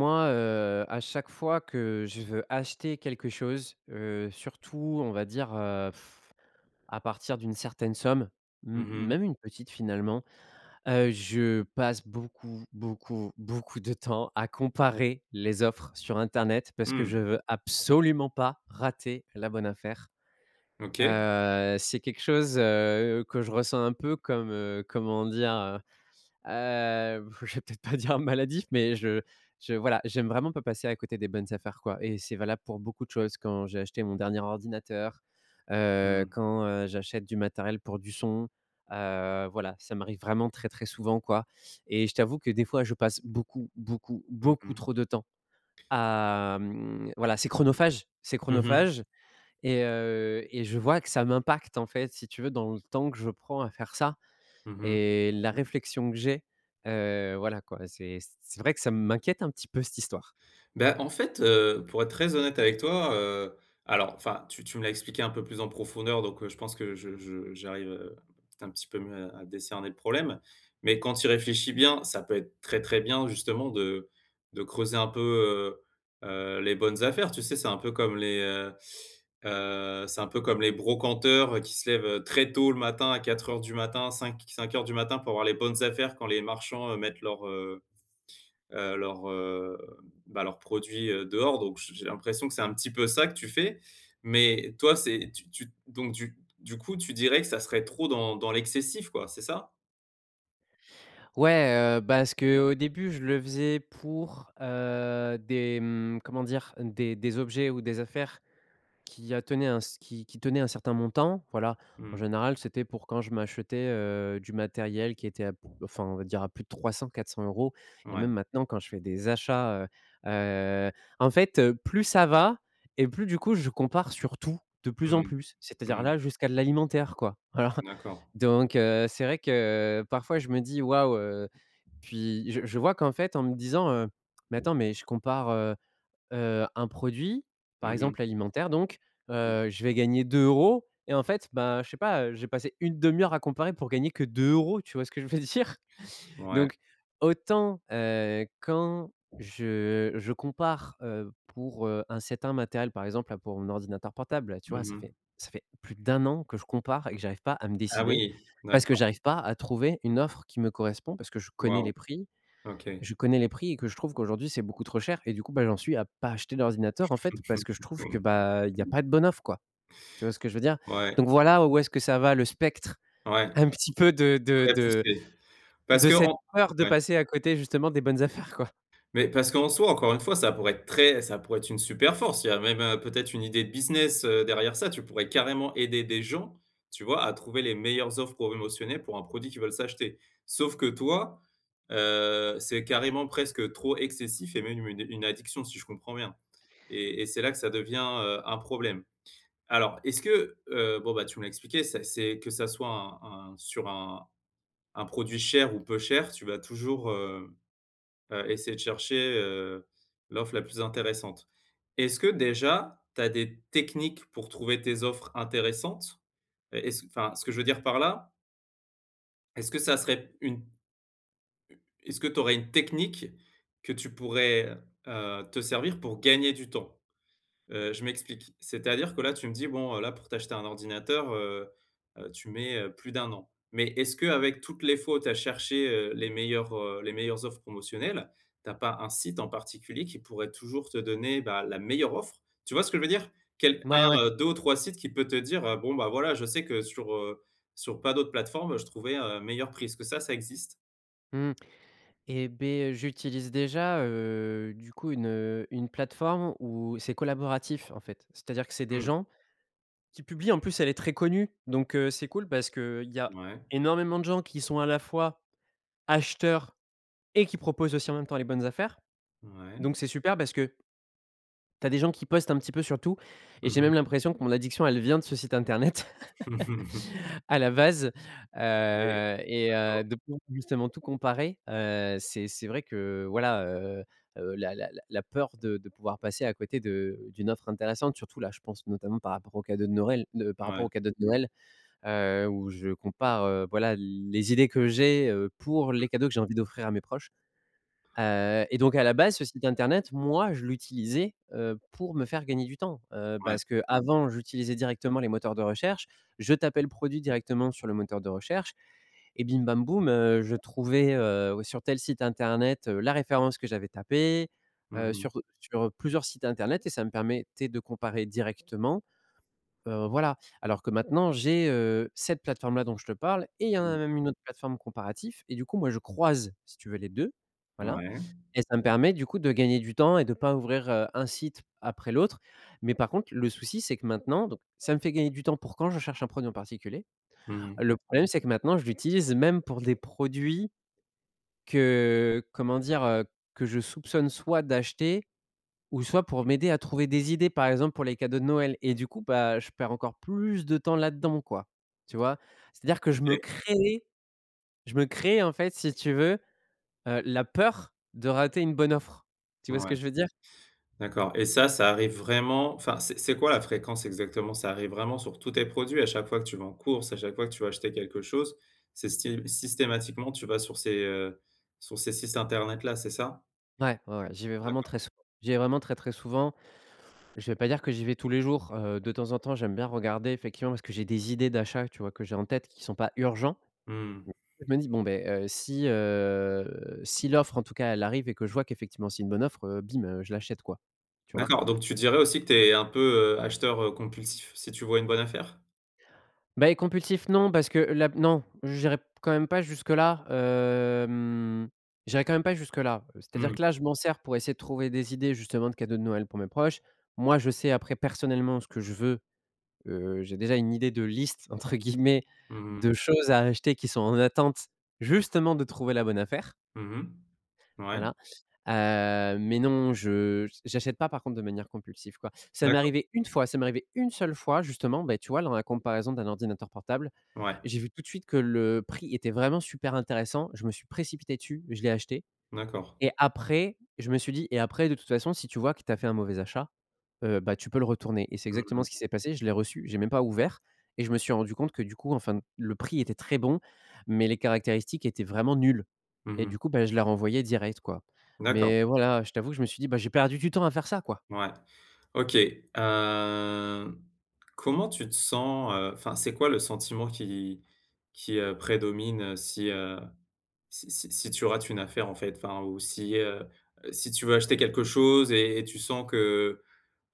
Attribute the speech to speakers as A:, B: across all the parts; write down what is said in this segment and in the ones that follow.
A: Moi, à chaque fois que je veux acheter quelque chose, surtout on va dire, à partir d'une certaine somme, m
B: Mmh mh.
A: même une petite finalement, je passe beaucoup, beaucoup, beaucoup de temps à comparer les offres sur internet parce que
B: Mmh.
A: je veux absolument pas rater la bonne affaire.
B: OK.
A: C'est quelque chose, que je ressens un peu comme, comment dire? Je vais peut-être pas dire maladif, mais je voilà, j'aime vraiment pas passer à côté des bonnes affaires, quoi et c'est valable pour beaucoup de choses. Quand j'ai acheté mon dernier ordinateur,
B: Hmm.
A: quand, j'achète du matériel pour du son, voilà, ça m'arrive vraiment très, très souvent, quoi et je t'avoue que des fois, je passe beaucoup, beaucoup,
B: Mmh
A: beaucoup
B: mh.
A: trop de temps à, voilà, c'est
B: Mmh
A: chronophage et je vois que ça m'impacte, en fait, si tu veux, dans le temps que je prends à faire ça
B: Mmh
A: et la réflexion que j'ai, voilà quoi, c'est vrai que ça m'inquiète un petit peu cette histoire.
B: Ben en fait, pour être très honnête avec toi, alors enfin, tu me l'as expliqué un peu plus en profondeur, donc je pense que je j'arrive, un petit peu mieux à décerner le problème. Mais quand tu y réfléchis bien, ça peut être très, très bien justement de creuser un peu, les bonnes affaires. Tu sais, c'est un peu comme c'est un peu comme les brocanteurs qui se lèvent très tôt le matin, à quatre heures du matin, cinq heures du matin pour avoir les bonnes affaires quand les marchands, mettent euh, heu, leurs, heu, leurs produits, dehors. Donc j'ai l'impression que c'est un petit peu ça que tu fais. Mais toi, c'est tu donc du coup, tu dirais que ça serait trop dans l'excessif, quoi, c'est ça?
A: Ouais, parce qu'au début, je le faisais pour, des, comment dire? Des objets ou des affaires qui tenait un certain montant, voilà. En
B: Mmh.
A: général, c'était pour quand je m'achetais, du matériel qui était à p enfin, on va dire à plus de 300-400 euros. Et
B: Ouais.
A: même maintenant quand je fais des achats, heu heu, en fait, plus ça va et plus du coup je compare sur tout, de plus en
B: Mmh mh.
A: plus. C'est-à-dire
B: Mmh.
A: là jusqu'à de l'alimentaire quoi, voilà.
B: D'accord.
A: Donc c'est vrai que parfois je me dis: «Waouh», puis je vois qu'en fait en me disant: «Mais attends, mais je compare, un produit, par
B: Mmh mh.
A: exemple alimentaire donc,
B: Mmh.
A: je vais gagner 2 € et en fait, bah, je sais pas, j'ai passé une demi-heure à comparer pour gagner que 2 euros. Tu vois ce que je veux dire?
B: Ouais.
A: Donc autant, quand je compare, pour, un certain matériel, par exemple, là, pour mon ordinateur portable, là, tu vois, ça
B: Mmh
A: fait ça fait plus d'un an que je compare et que j'arrive pas à me
B: Ah
A: décider,
B: oui!
A: parce que
B: D'accord.
A: j'arrive pas à trouver une offre qui me correspond, parce que je connais les
B: Waouh!
A: prix,
B: OK.
A: je connais les prix et que je trouve qu'aujourd'hui, c'est beaucoup trop cher et du coup, bah, j'en suis à pas acheter d'ordinateur, en fait, parce que je trouve que, bah, il y a pas de bonne offre, quoi. Tu vois ce que je veux dire?
B: Ouais,
A: Donc voilà où est-ce que ça va le spectre
B: ouais,
A: un petit peu de de
B: très
A: de
B: poussé. Parce
A: de cette
B: qu'en
A: peur de
B: ouais.
A: passer à côté justement des bonnes affaires, quoi.
B: Mais parce qu'en soi, encore une fois, ça pourrait être très ça pourrait être une super force. Il y a même, peut-être une idée de business, derrière ça. Tu pourrais carrément aider des gens, tu vois, à trouver les meilleures offres promotionnelles pour un produit qu'ils veulent s'acheter. Sauf que toi, c'est carrément presque trop excessif et même une addiction, si je comprends bien, et c'est là que ça devient, un problème. Alors, est-ce que, bon, bah, tu me l'as expliqué, ça c'est que ça soit un sur un produit cher ou peu cher, tu vas toujours, essayer de chercher, l'offre la plus intéressante. Est-ce que déjà, tu as des techniques pour trouver tes offres intéressantes? Et est-ce enfin, ce que je veux dire par là, est-ce que ça serait une est-ce que tu aurais une technique que tu pourrais, te servir pour gagner du temps? Je m'explique. C'est-à-dire que là, tu me dis: «Bon, là, pour t'acheter un ordinateur, tu mets, plus d'un an». Mais est-ce qu'avec toutes les fois où tu as cherché, les meilleures offres promotionnelles, tu as pas un site en particulier qui pourrait toujours te donner, bah, la meilleure offre? Tu vois ce que je veux dire? Quel
A: Ouais,
B: un,
A: ouais.
B: 2 ou 3 sites qui peut te dire, «Bon, bah, voilà, je sais que sur pas d'autres plateformes, je trouvais, meilleur prix». Est-ce que ça existe?
A: Mmh et ben j'utilise déjà, du coup une plateforme où c'est collaboratif, en fait. C'est-à-dire que c'est des
B: Mmh.
A: gens qui publient, en plus elle est très connue donc c'est cool parce que il y a
B: Ouais,
A: énormément de gens qui sont à la fois acheteurs et qui propose aussi en même temps les bonnes affaires.
B: ouais.
A: Donc c'est super parce que tu as des gens qui postent un petit peu sur tout et j'ai
B: Mmh mh.
A: même l'impression que mon addiction, elle vient de ce site internet à la base,
B: Mais d'accord.
A: de pouvoir justement tout comparer, c'est vrai que voilà, la peur de pouvoir passer à côté de d'une offre intéressante, surtout là, je pense notamment par rapport aux cadeaux de Noël, de par rapport
B: Ouais.
A: aux cadeaux de Noël, où je compare, voilà, les idées que j'ai, pour
B: Mmh.
A: les cadeaux que j'ai envie d'offrir à mes proches. Et donc à la base, ce site internet, moi, je l'utilisais, pour me faire gagner du temps,
B: Ouais.
A: parce qu'avant, j'utilisais directement les moteurs de recherche. Je tapais le produit directement sur le moteur de recherche et bim bam boum, je trouvais, sur tel site internet, la référence que j'avais tapée,
B: Mmh
A: heu, sur
B: mh.
A: sur plusieurs sites internet et ça me permettait de comparer directement, voilà. Alors que maintenant, j'ai, cette plateforme-là dont je te parle et il y en a
B: Mmh.
A: même une autre plateforme comparatif et du coup, moi, je croise, si tu veux, les 2. Voilà,
B: Ouais.
A: et ça me permet du coup de gagner du temps et de pas ouvrir, un site après l'autre. Mais par contre, le souci, c'est que maintenant donc ça me fait gagner du temps pour quand je cherche un produit en particulier.
B: Mmh
A: Le problème, c'est que maintenant, je l'utilise même pour des produits que, comment dire? Que je soupçonne soit d'acheter ou soit pour m'aider à trouver des idées, par exemple, pour les cadeaux de Noël. Et du coup, bah, je perds encore plus de temps là-dedans, quoi. Tu vois? C'est-à-dire que je me
B: OK.
A: crée je me crée, en fait, si tu veux, la peur de rater une bonne offre. Tu vois ce que
B: Ouais,
A: je veux dire?
B: d'accord. Et ça arrive vraiment enfin, c'est quoi la fréquence exactement? Ça arrive vraiment sur tous tes produits? À chaque fois que tu vas en course, à chaque fois que tu vas acheter quelque chose, c'est sty systématiquement, tu vas sur ces sites internet-là, c'est ça?
A: Ouais, ouais, ouais, j'y vais vraiment
B: D'accord.
A: très souvent. J'y vais vraiment très, très souvent. Je vais pas dire que j'y vais tous les jours, de temps en temps, j'aime bien regarder effectivement parce que j'ai des idées d'achat, tu vois, que j'ai en tête qui sont pas urgents.
B: Mmh.
A: Je me dis: «Bon ben si l'offre en tout cas elle arrive et que je vois qu'effectivement c'est une bonne offre, bim, je l'achète quoi», tu vois?
B: D'accord, donc tu dirais aussi que tu es un peu, acheteur, compulsif, si tu vois une bonne affaire?
A: Beh, compulsif non parce que là non, j'irai quand même pas jusque-là, j'irai quand même pas jusque-là. C'est-à-dire
B: Mmh.
A: que là, je m'en sers pour essayer de trouver des idées justement de cadeaux de Noël pour mes proches. Moi, je sais après personnellement ce que je veux. J'ai déjà une idée de «liste» entre guillemets
B: Mmh mh.
A: de choses à acheter qui sont en attente justement de trouver la bonne affaire,
B: Mmh Ouais.
A: voilà. Mais non, je j'achète pas par contre de manière compulsive, quoi. Ça m'est
B: D'accord.
A: arrivé une fois, ça m'est arrivé une seule fois justement, beh, tu vois, dans la comparaison d'un ordinateur portable,
B: Ouais.
A: j'ai vu tout de suite que le prix était vraiment super intéressant. Je me suis précipité dessus, je l'ai acheté
B: D'accord.
A: et après, je me suis dit: «Et après, de toute façon, si tu vois que tu as fait un mauvais achat, bah, tu peux le retourner» et c'est
B: Mmh
A: exactement
B: mh.
A: ce qui s'est passé. Je l'ai reçu, j'ai même pas ouvert et je me suis rendu compte que du coup, enfin, le prix était très bon, mais les caractéristiques étaient vraiment nulles et
B: Mmh
A: du coup, bah, je l'ai renvoyé direct, quoi.
B: D'accord.
A: Mais voilà, je t'avoue que je me suis dit: «Bah, j'ai perdu du temps à faire ça, quoi».
B: Ouais. OK, comment tu te sens, enfin, c'est quoi le sentiment prédomine, si tu rates une affaire, en fait? Enfin, ou si, si tu veux acheter quelque chose et tu sens que,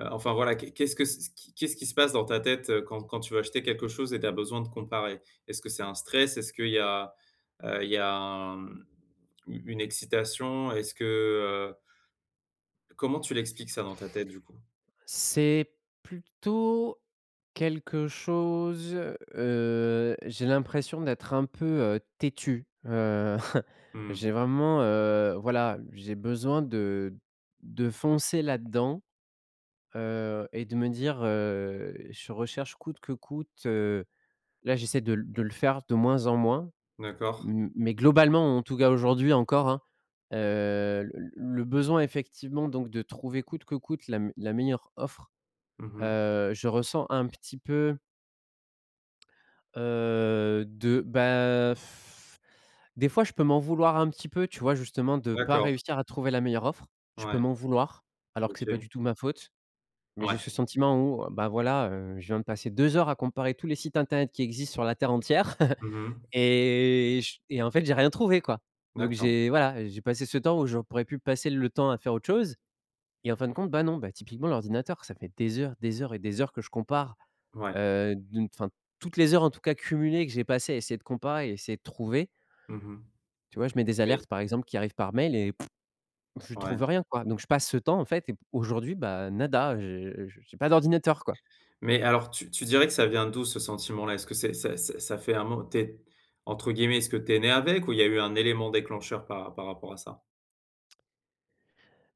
B: enfin, voilà, qu'est qu'est-ce que c qu'est-ce qui se passe dans ta tête, quand tu veux acheter quelque chose et tu as besoin de comparer? Est-ce que c'est un stress? Est-ce qu'il y a une excitation? Est-ce que, heu, comment tu l'expliques ça dans ta tête, du coup?
A: C'est plutôt quelque chose, j'ai l'impression d'être un peu, têtu,
B: Mmh.
A: j'ai vraiment, voilà, j'ai besoin de foncer là-dedans, et de me dire, je recherche coûte que coûte, là j'essaie de le faire de moins en moins,
B: D'accord.
A: m mais globalement, en tout cas aujourd'hui encore, hein, heu, le le besoin effectivement donc de trouver coûte que coûte la meilleure offre.
B: Mmh
A: Je ressens un petit peu, heu, de bah, pff, des fois, je peux m'en vouloir un petit peu, tu vois? Justement, de pas
B: D'accord.
A: réussir à trouver la meilleure offre. Je peux
B: Ouais.
A: m'en vouloir, alors que c'est pas
B: OK.
A: du tout ma faute, mais
B: Ouais.
A: j'ai ce sentiment où, bah, voilà, je viens de passer 2 heures à comparer tous les sites internet qui existent sur la terre entière
B: Mmh
A: et en fait, j'ai rien trouvé, quoi. Donc
B: D'accord.
A: j'ai voilà, j'ai passé ce temps où j'aurais pu passer le temps à faire autre chose et en fin de compte, bah, non, bah, typiquement l'ordinateur, ça fait des heures et des heures que je compare.
B: Ouais.
A: D'une enfin, toutes les heures en tout cas cumulées que j'ai passées à essayer de comparer et essayer de trouver,
B: Mmh
A: tu vois? Je mets des
B: Mais
A: alertes par exemple qui arrivent par mail et je
B: ouais.
A: trouve rien quoi. Donc je passe ce temps en fait et aujourd'hui, bah, nada, je j'ai pas d'ordinateur quoi.
B: Mais alors tu dirais que ça vient d'où ce sentiment-là? Est-ce que c'est ça fait un mot tu entre guillemets, «est-ce que tu es né avec» ou il y a eu un élément déclencheur par rapport à ça?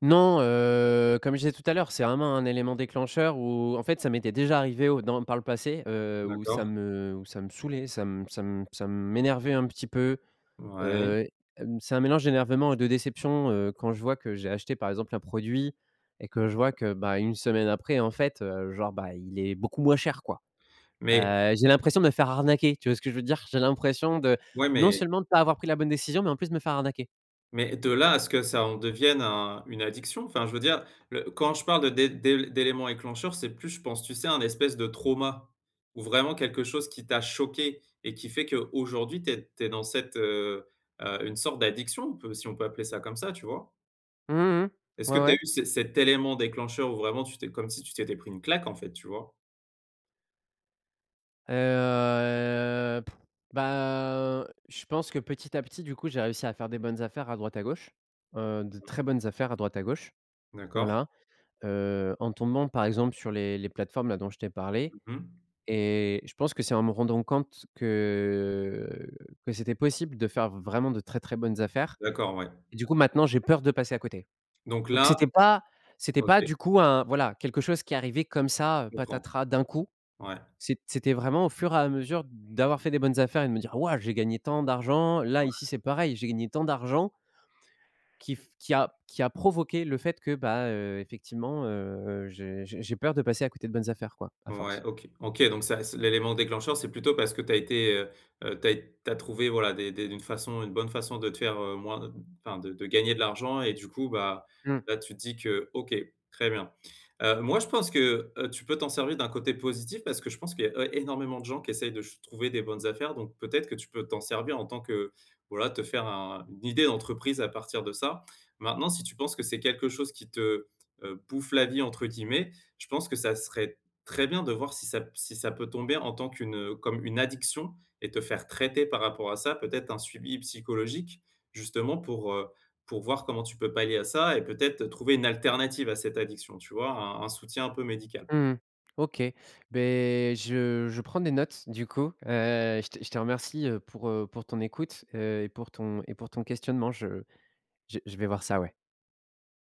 A: Non, comme je disais tout à l'heure, c'est vraiment un élément déclencheur où en fait ça m'était déjà arrivé au dans par le passé, où ça
B: D'accord.
A: me où ça me saoulait, ça m'énervait un petit peu.
B: Ouais.
A: Heu, c'est un mélange d'énervement et de déception, quand je vois que j'ai acheté, par exemple, un produit et que je vois que, bah, une semaine après, en fait, genre, bah, il est beaucoup moins cher, quoi.
B: Mais
A: J'ai l'impression de me faire arnaquer, tu vois ce que je veux dire? J'ai l'impression de,
B: ouais,
A: non
B: mais
A: seulement de pas avoir pris la bonne décision, mais en plus de me faire arnaquer.
B: Mais de là à ce que ça en devienne un une addiction, enfin, je veux dire, le quand je parle de d'é d'é d'éléments déclencheurs, c'est plus, je pense, tu sais, un espèce de trauma ou vraiment quelque chose qui t'a choqué et qui fait qu'aujourd'hui, tu es dans une sorte d'addiction, on peut si on peut appeler ça comme ça, tu vois?
A: Mmh mh.
B: Est-ce que
A: Ouais,
B: tu as
A: ouais.
B: eu ce cet élément déclencheur où vraiment tu t'es comme si tu t'étais pris une claque, en fait, tu vois?
A: Heu, Bah, je pense que petit à petit, du coup, j'ai réussi à faire des bonnes affaires à droite à gauche, de très bonnes affaires à droite à gauche,
B: D'accord.
A: voilà. En tombant par exemple sur les plateformes là dont je t'ai parlé
B: Mmh
A: et je pense que c'est en me rendant compte que c'était possible de faire vraiment de très, très bonnes affaires
B: D'accord, ouais.
A: et du coup maintenant j'ai peur de passer à côté.
B: Donc
A: Donc
B: là
A: c'était pas c'était
B: OK,
A: pas du coup un voilà, quelque chose qui arrivait comme ça,
B: je comprends.
A: patatras d'un coup.
B: Ouais. Ouais.
A: C'était vraiment au fur et à mesure d'avoir fait des bonnes affaires et de me dire: «Waouh, j'ai gagné tant d'argent, là ici c'est pareil, j'ai gagné tant d'argent». Qui a provoqué le fait que, bah, effectivement, j'ai peur de passer à côté de bonnes affaires quoi, à
B: Ouais,
A: force.
B: OK. OK, donc ça c'est l'élément déclencheur, c'est plutôt parce que tu as été, tu as trouvé, voilà, des une bonne façon de te faire, moins enfin, de gagner de l'argent et du coup, bah,
A: Mmh.
B: là, tu te dis que OK, très bien. Moi, je pense que, tu peux t'en servir d'un côté positif parce que je pense qu'il y a é énormément de gens qui essayent de ch trouver des bonnes affaires, donc peut-être que tu peux t'en servir en tant que, voilà, te faire un une idée d'entreprise à partir de ça. Maintenant, si tu penses que c'est quelque chose qui te, «bouffe la vie» entre guillemets, je pense que ça serait très bien de voir si ça peut tomber en tant qu'une, comme une addiction et te faire traiter par rapport à ça, peut-être un suivi psychologique justement pour voir comment tu peux pallier à ça et peut-être trouver une alternative à cette addiction, tu vois? Un soutien un peu médical.
A: Mmh, OK, ben je prends des notes du coup, je te remercie, pour, pour ton écoute, et pour ton questionnement. Je vais voir ça, ouais.